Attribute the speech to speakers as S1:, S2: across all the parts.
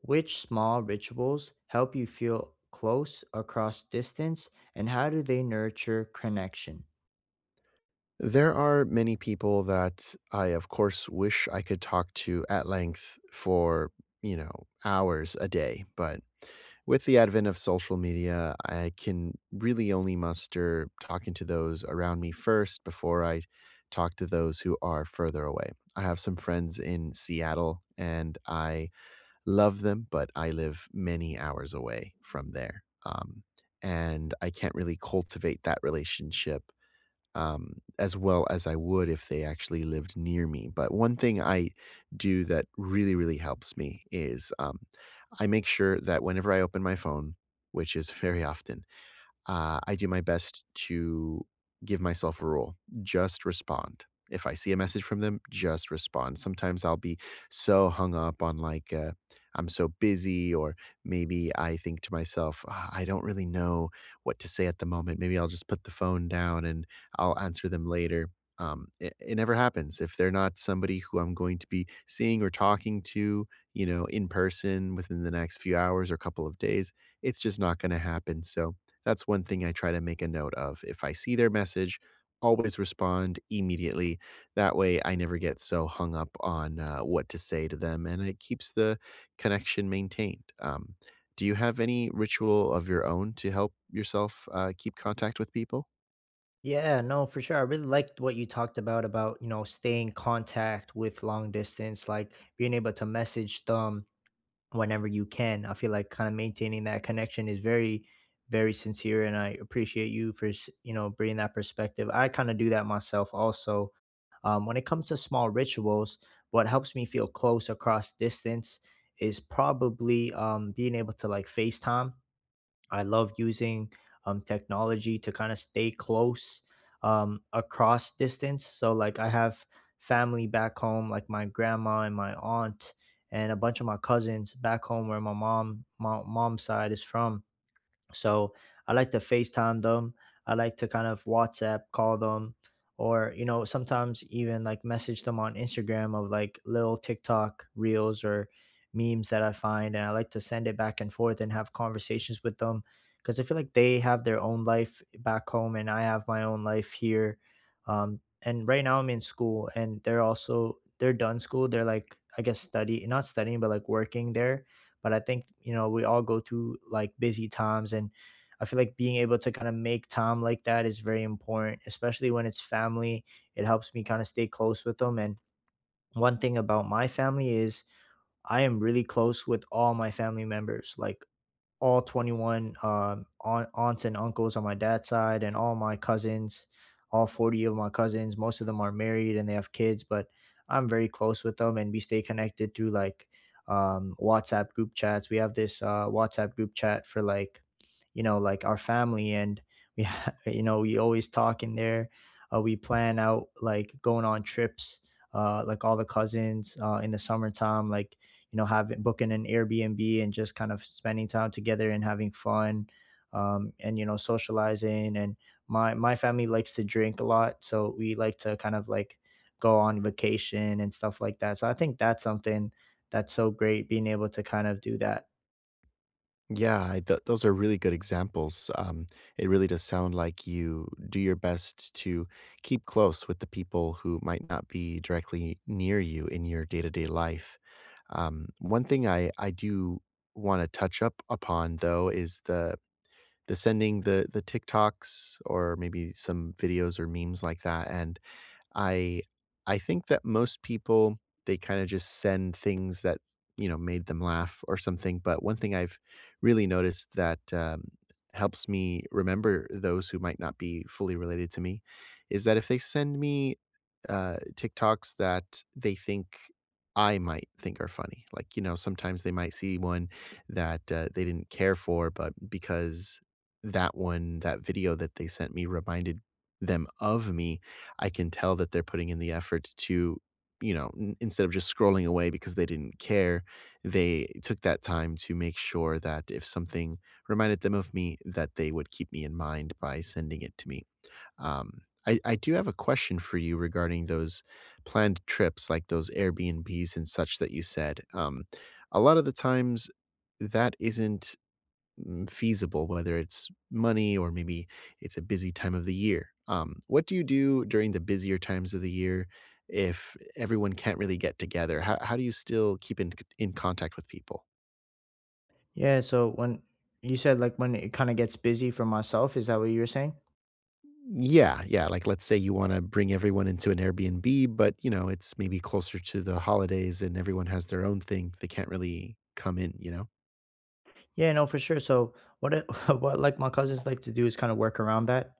S1: Which small rituals help you feel close across distance, and how do they nurture connection?
S2: There are many people that I, of course, wish I could talk to at length for hours a day. But with the advent of social media, I can really only muster talking to those around me first before I talk to those who are further away. I have some friends in Seattle and I love them, but I live many hours away from there. And I can't really cultivate that relationship as well as I would if they actually lived near me. But one thing I do that really, really helps me is I make sure that whenever I open my phone, which is very often. I do my best to give myself a rule. Just respond. If I see a message from them, just respond. Sometimes I'll be so hung up on like, I'm so busy, or maybe I think to myself, "Ah, I don't really know what to say at the moment. Maybe I'll just put the phone down and I'll answer them later." It never happens. If they're not somebody who I'm going to be seeing or talking to in person within the next few hours or couple of days, it's just not going to happen. So, that's one thing I try to make a note of. If I see their message, always respond immediately. That way, I never get so hung up on what to say to them, and it keeps the connection maintained. Do you have any ritual of your own to help yourself keep contact with people?
S1: Yeah, no, for sure. I really liked what you talked about you know, staying contact with long distance, like being able to message them whenever you can. I feel like kind of maintaining that connection is very, very sincere, and I appreciate you for bringing that perspective. I kind of do that myself also. When it comes to small rituals, what helps me feel close across distance is probably being able to like FaceTime. I love using technology to kind of stay close across distance. So, like, I have family back home, like my grandma and my aunt, and a bunch of my cousins back home where my mom's side is from. So I like to FaceTime them. I like to kind of WhatsApp call them or, you know, sometimes even like message them on Instagram of like little TikTok reels or memes that I find. And I like to send it back and forth and have conversations with them because I feel like they have their own life back home and I have my own life here. And right now I'm in school and they're done school. They're like, I guess, study, not studying, but like working there, but I think, you know, we all go through like busy times, and I feel like being able to kind of make time like that is very important, especially when it's family. It helps me kind of stay close with them. And one thing about my family is I am really close with all my family members. Like all 21 aunts and uncles on my dad's side, and all my cousins, all 40 of my cousins. Most of them are married and they have kids, but I'm very close with them, and we stay connected through like WhatsApp group chats. We have this WhatsApp group chat for, like, you know, like our family, and we always talk in there. We plan out like going on trips, like all the cousins in the summertime, like, you know, having booking an Airbnb and just kind of spending time together and having fun, and, you know, socializing. And my family likes to drink a lot, so we like to kind of like go on vacation and stuff like that. So I think that's something that's so great being able to kind of do that.
S2: Yeah, I th those are really good examples. It really does sound like you do your best to keep close with the people who might not be directly near you in your day-to-day life. One thing I do wanna touch up upon, though, is the sending the TikToks or maybe some videos or memes like that, and I I think that most people. They kinda just send things that made them laugh or something, but one thing I've really noticed that, helps me remember those who might not be fully related to me is that if they send me, TikToks that they think I might think are funny, like, sometimes they might see one that, they didn't care for, but because that video that they sent me reminded them of me, I can tell that they're putting in the effort to, instead of just scrolling away because they didn't care. They took that time to make sure that if something reminded them of me, that they would keep me in mind by sending it to me. Um, I do have a question for you regarding those planned trips, like those Airbnbs and such that you said. A lot of the times, that isn't feasible, whether it's money or maybe it's a busy time of the year. What do you do during the busier times of the year if everyone can't really get together? How do you still keep in contact with people?
S1: Yeah. So when you said like when it kind of gets busy for myself, is that what you were saying?
S2: Yeah, yeah. Like, let's say you want to bring everyone into an Airbnb, but it's maybe closer to the holidays and everyone has their own thing. They can't really come in, you know?
S1: Yeah, no, for sure. So what like my cousins like to do is kind of work around that.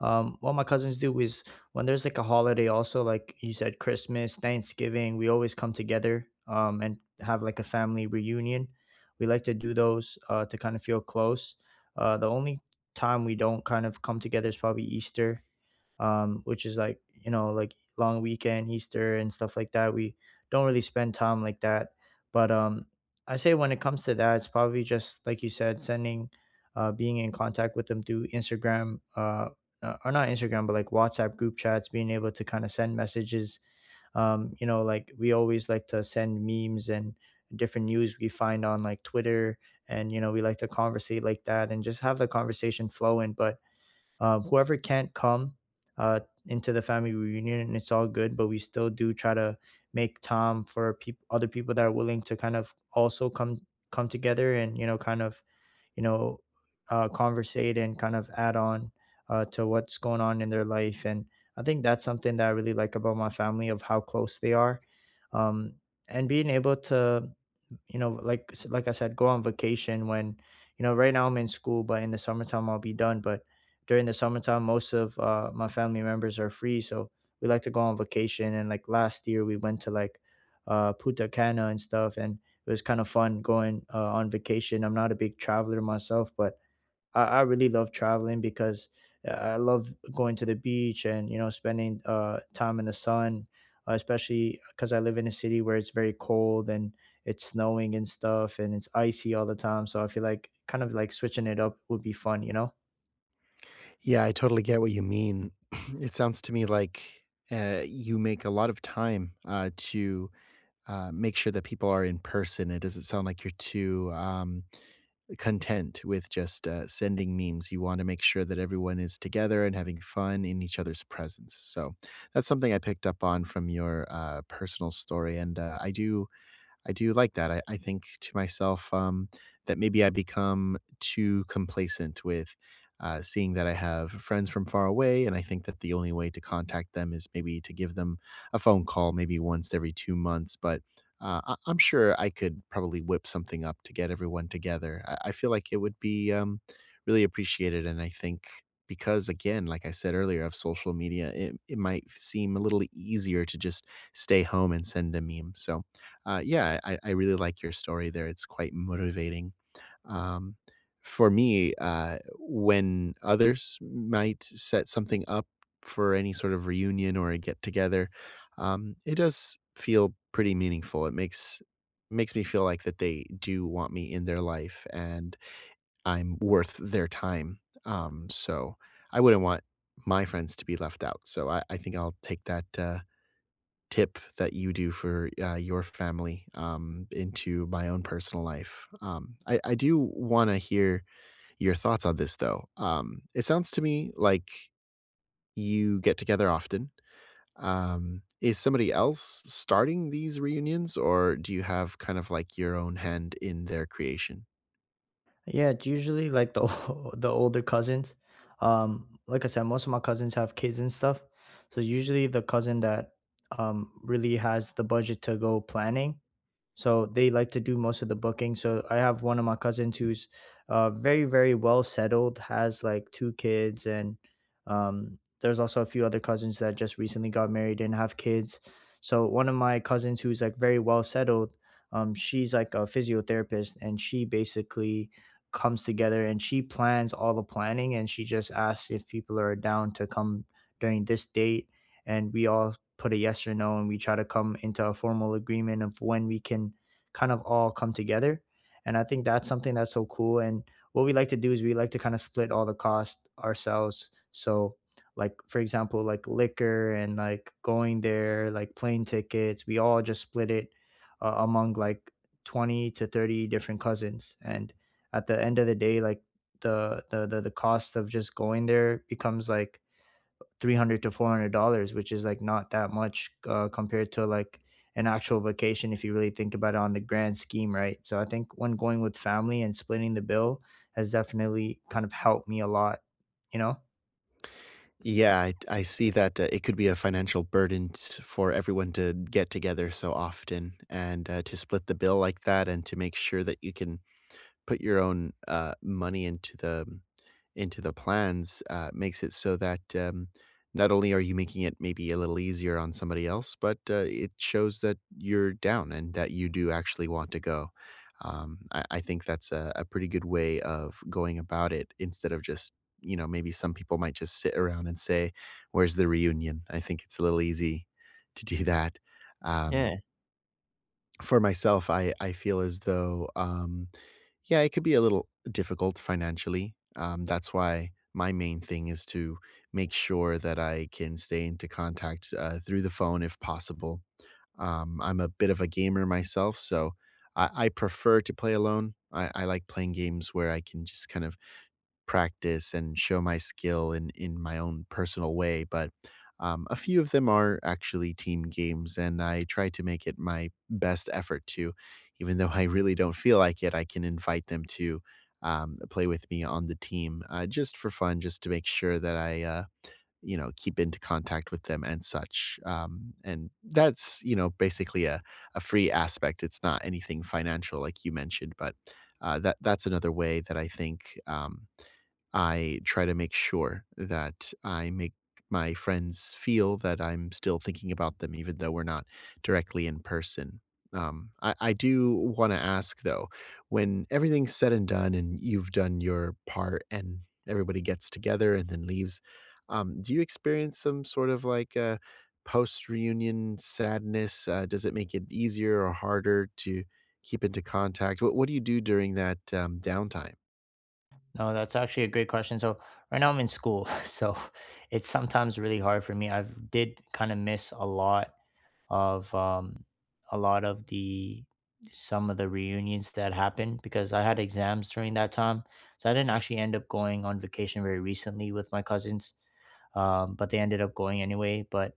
S1: What my cousins do is when there's like a holiday, also like you said, Christmas, Thanksgiving, we always come together, and have like a family reunion. We like to do those to kind of feel close. The only time we don't kind of come together is probably Easter, which is like, you know, like long weekend, Easter and stuff like that. We don't really spend time like that, but I say when it comes to that, it's probably just like you said, sending, being in contact with them through Instagram, or not Instagram, but like WhatsApp group chats, being able to kind of send messages. Like we always like to send memes and different news we find on like Twitter, and we like to conversate like that and just have the conversation flowing. But whoever can't come uh, into the family reunion, and it's all good. But we still do try to make time for peop other people that are willing to kind of also come together, and, you know, kind of, you know conversate and kind of add on to what's going on in their life. And I think that's something that I really like about my family, of how close they are, um, and being able to, you know, like I said, go on vacation when, right now I'm in school, but in the summertime I'll be done. But during the summertime, most of my family members are free, so we like to go on vacation. And like last year, we went to like Punta Cana and stuff, and it was kind of fun going on vacation. I'm not a big traveler myself, but I really love traveling because I love going to the beach and, you know, spending time in the sun, especially because I live in a city where it's very cold and it's snowing and stuff and it's icy all the time. So I feel like kind of like switching it up would be fun, you know?
S2: Yeah, I totally get what you mean. It sounds to me like you make a lot of time to make sure that people are in person. It doesn't sound like you're too content with just sending memes. You want to make sure that everyone is together and having fun in each other's presence. So that's something I picked up on from your personal story, and I do like that. I think to myself, that maybe I become too complacent with, seeing that I have friends from far away, and I think that the only way to contact them is maybe to give them a phone call maybe once every 2 months, but, I'm sure I could probably whip something up to get everyone together. I feel like it would be, really appreciated, and I think because, again, like I said earlier, of social media, it might seem a little easier to just stay home and send a meme, so yeah, I really like your story there, it's quite motivating. Um, for me, when others might set something up for any sort of reunion or a get-together, it does feel pretty meaningful, it makes me feel like that they do want me in their life and I'm worth their time, so I wouldn't want my friends to be left out, so I think I'll take that, tip that you do for your family into my own personal life. I do want to hear your thoughts on this, though. It sounds to me like you get together often. Is somebody else starting these reunions, or do you have kind of like your own hand in their creation?
S1: Yeah, it's usually like the older cousins. Like I said, most of my cousins have kids and stuff, so usually the cousin that really has the budget to go planning, so they like to do most of the booking. So I have one of my cousins who's very very well settled, has like two kids, and there's also a few other cousins that just recently got married and have kids. So one of my cousins who's like very well settled, she's like a physiotherapist, and she basically comes together and she plans all the planning, and she just asks if people are down to come during this date, and we all put a yes or no, and we try to come into a formal agreement of when we can kind of all come together. And I think that's something that's so cool. And what we like to do is we like to kind of split all the cost ourselves. So like, for example, like liquor and like going there, like plane tickets, we all just split it among like 20 to 30 different cousins. And at the end of the day, like, the cost of just going there becomes like 300 to $400, which is like not that much compared to like an actual vacation if you really think about it on the grand scheme, right? So I think when going with family and splitting the bill has definitely kind of helped me a lot, you know.
S2: Yeah, I see that it could be a financial burden for everyone to get together so often and to split the bill like that and to make sure that you can put your own, money into the plans, makes it so that, not only are you making it maybe a little easier on somebody else, but, it shows that you're down and that you do actually want to go. I think that's a pretty good way of going about it instead of just maybe some people might just sit around and say, "Where's the reunion?" I think it's a little easy to do that. Um,
S1: Yeah,
S2: for myself, I feel as though, yeah, it could be a little difficult financially. That's why my main thing is to make sure that I can stay into contact through the phone if possible. I'm a bit of a gamer myself, so I prefer to play alone. I like playing games where I can just kind of practice and show my skill in my own personal way, but, a few of them are actually team games, and I try to make it my best effort to even though I really don't feel like it, I can invite them to, play with me on the team, just for fun, just to make sure that I, keep into contact with them and such, and that's basically a free aspect, it's not anything financial like you mentioned, but, that's another way that I think, I try to make sure that I make my friends feel that I'm still thinking about them, even though we're not directly in person. I do want to ask though, when everything's said and done and you've done your part and everybody gets together and then leaves, do you experience some sort of like a post reunion sadness? Does it make it easier or harder to keep into contact? What do you do during that downtime?
S1: no, that's actually a great question. So right now I'm in school so it's sometimes really hard for me. I've did kind of miss of um, a lot of the some of the reunions that happened because I had exams during that time, so I didn't actually end up going on vacation very recently with my cousins, but they ended up going anyway. But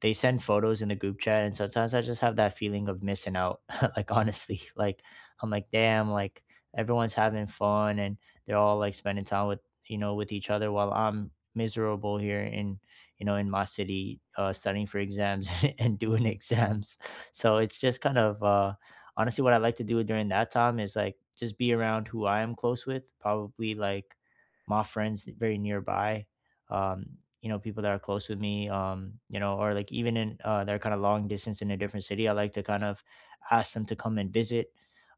S1: they send photos in the group chat, and sometimes I just have that feeling of missing out like, honestly, like I'm like damn, like everyone's having fun, and they're all like spending time with, with each other, while I'm miserable here in, in my city, studying for exams and doing exams. So it's just kind of, honestly, what I like to do during that time is like just be around who I am close with, probably like my friends very nearby. um People that are close with me, or like, even in, they're kind of long distance in a different city, I like to kind of ask them to come and visit.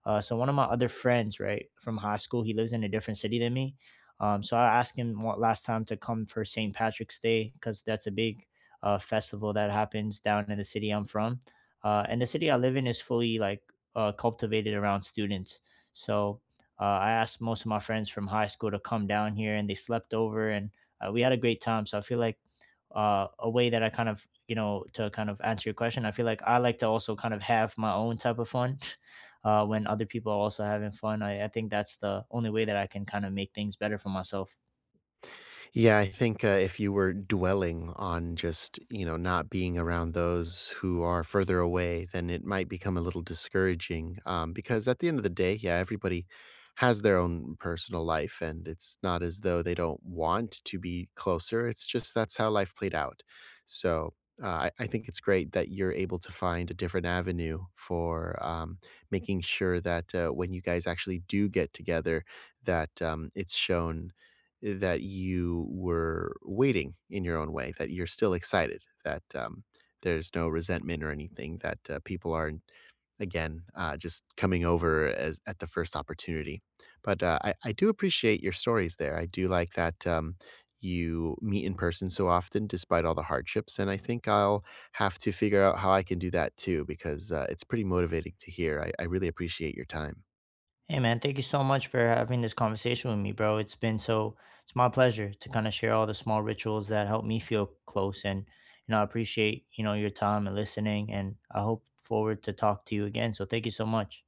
S1: So one of my other friends right from high school, he lives in a different city than me. So I asked him what last time to come for St. Patrick's Day because that's a big festival that happens down in the city I'm from. And the city I live in is fully like cultivated around students. So I asked most of my friends from high school to come down here, and they slept over, and we had a great time. So I feel like a way that I kind of, you know, to kind of answer your question, I feel like I like to also kind of have my own type of fun when other people are also having fun. I think that's the only way that I can kind of make things better for myself.
S2: Yeah, I think, if you were dwelling on just not being around those who are further away, then it might become a little discouraging, because at the end of the day, yeah, everybody has their own personal life, and it's not as though they don't want to be closer, it's just that's how life played out. So, I think it's great that you're able to find a different avenue for, making sure that, when you guys actually do get together, that, it's shown that you were waiting in your own way, that you're still excited, that there's no resentment or anything, that people are again, just coming over at the first opportunity. But I do appreciate your stories there. I do like that you meet in person so often despite all the hardships. And I think I'll have to figure out how I can do that too, because it's pretty motivating to hear. I really appreciate your time.
S1: Hey man, thank you so much for having this conversation with me, bro. It's been so It's my pleasure to kind of share all the small rituals that help me feel close, and I appreciate, your time and listening, and I hope forward to talk to you again. So thank you so much.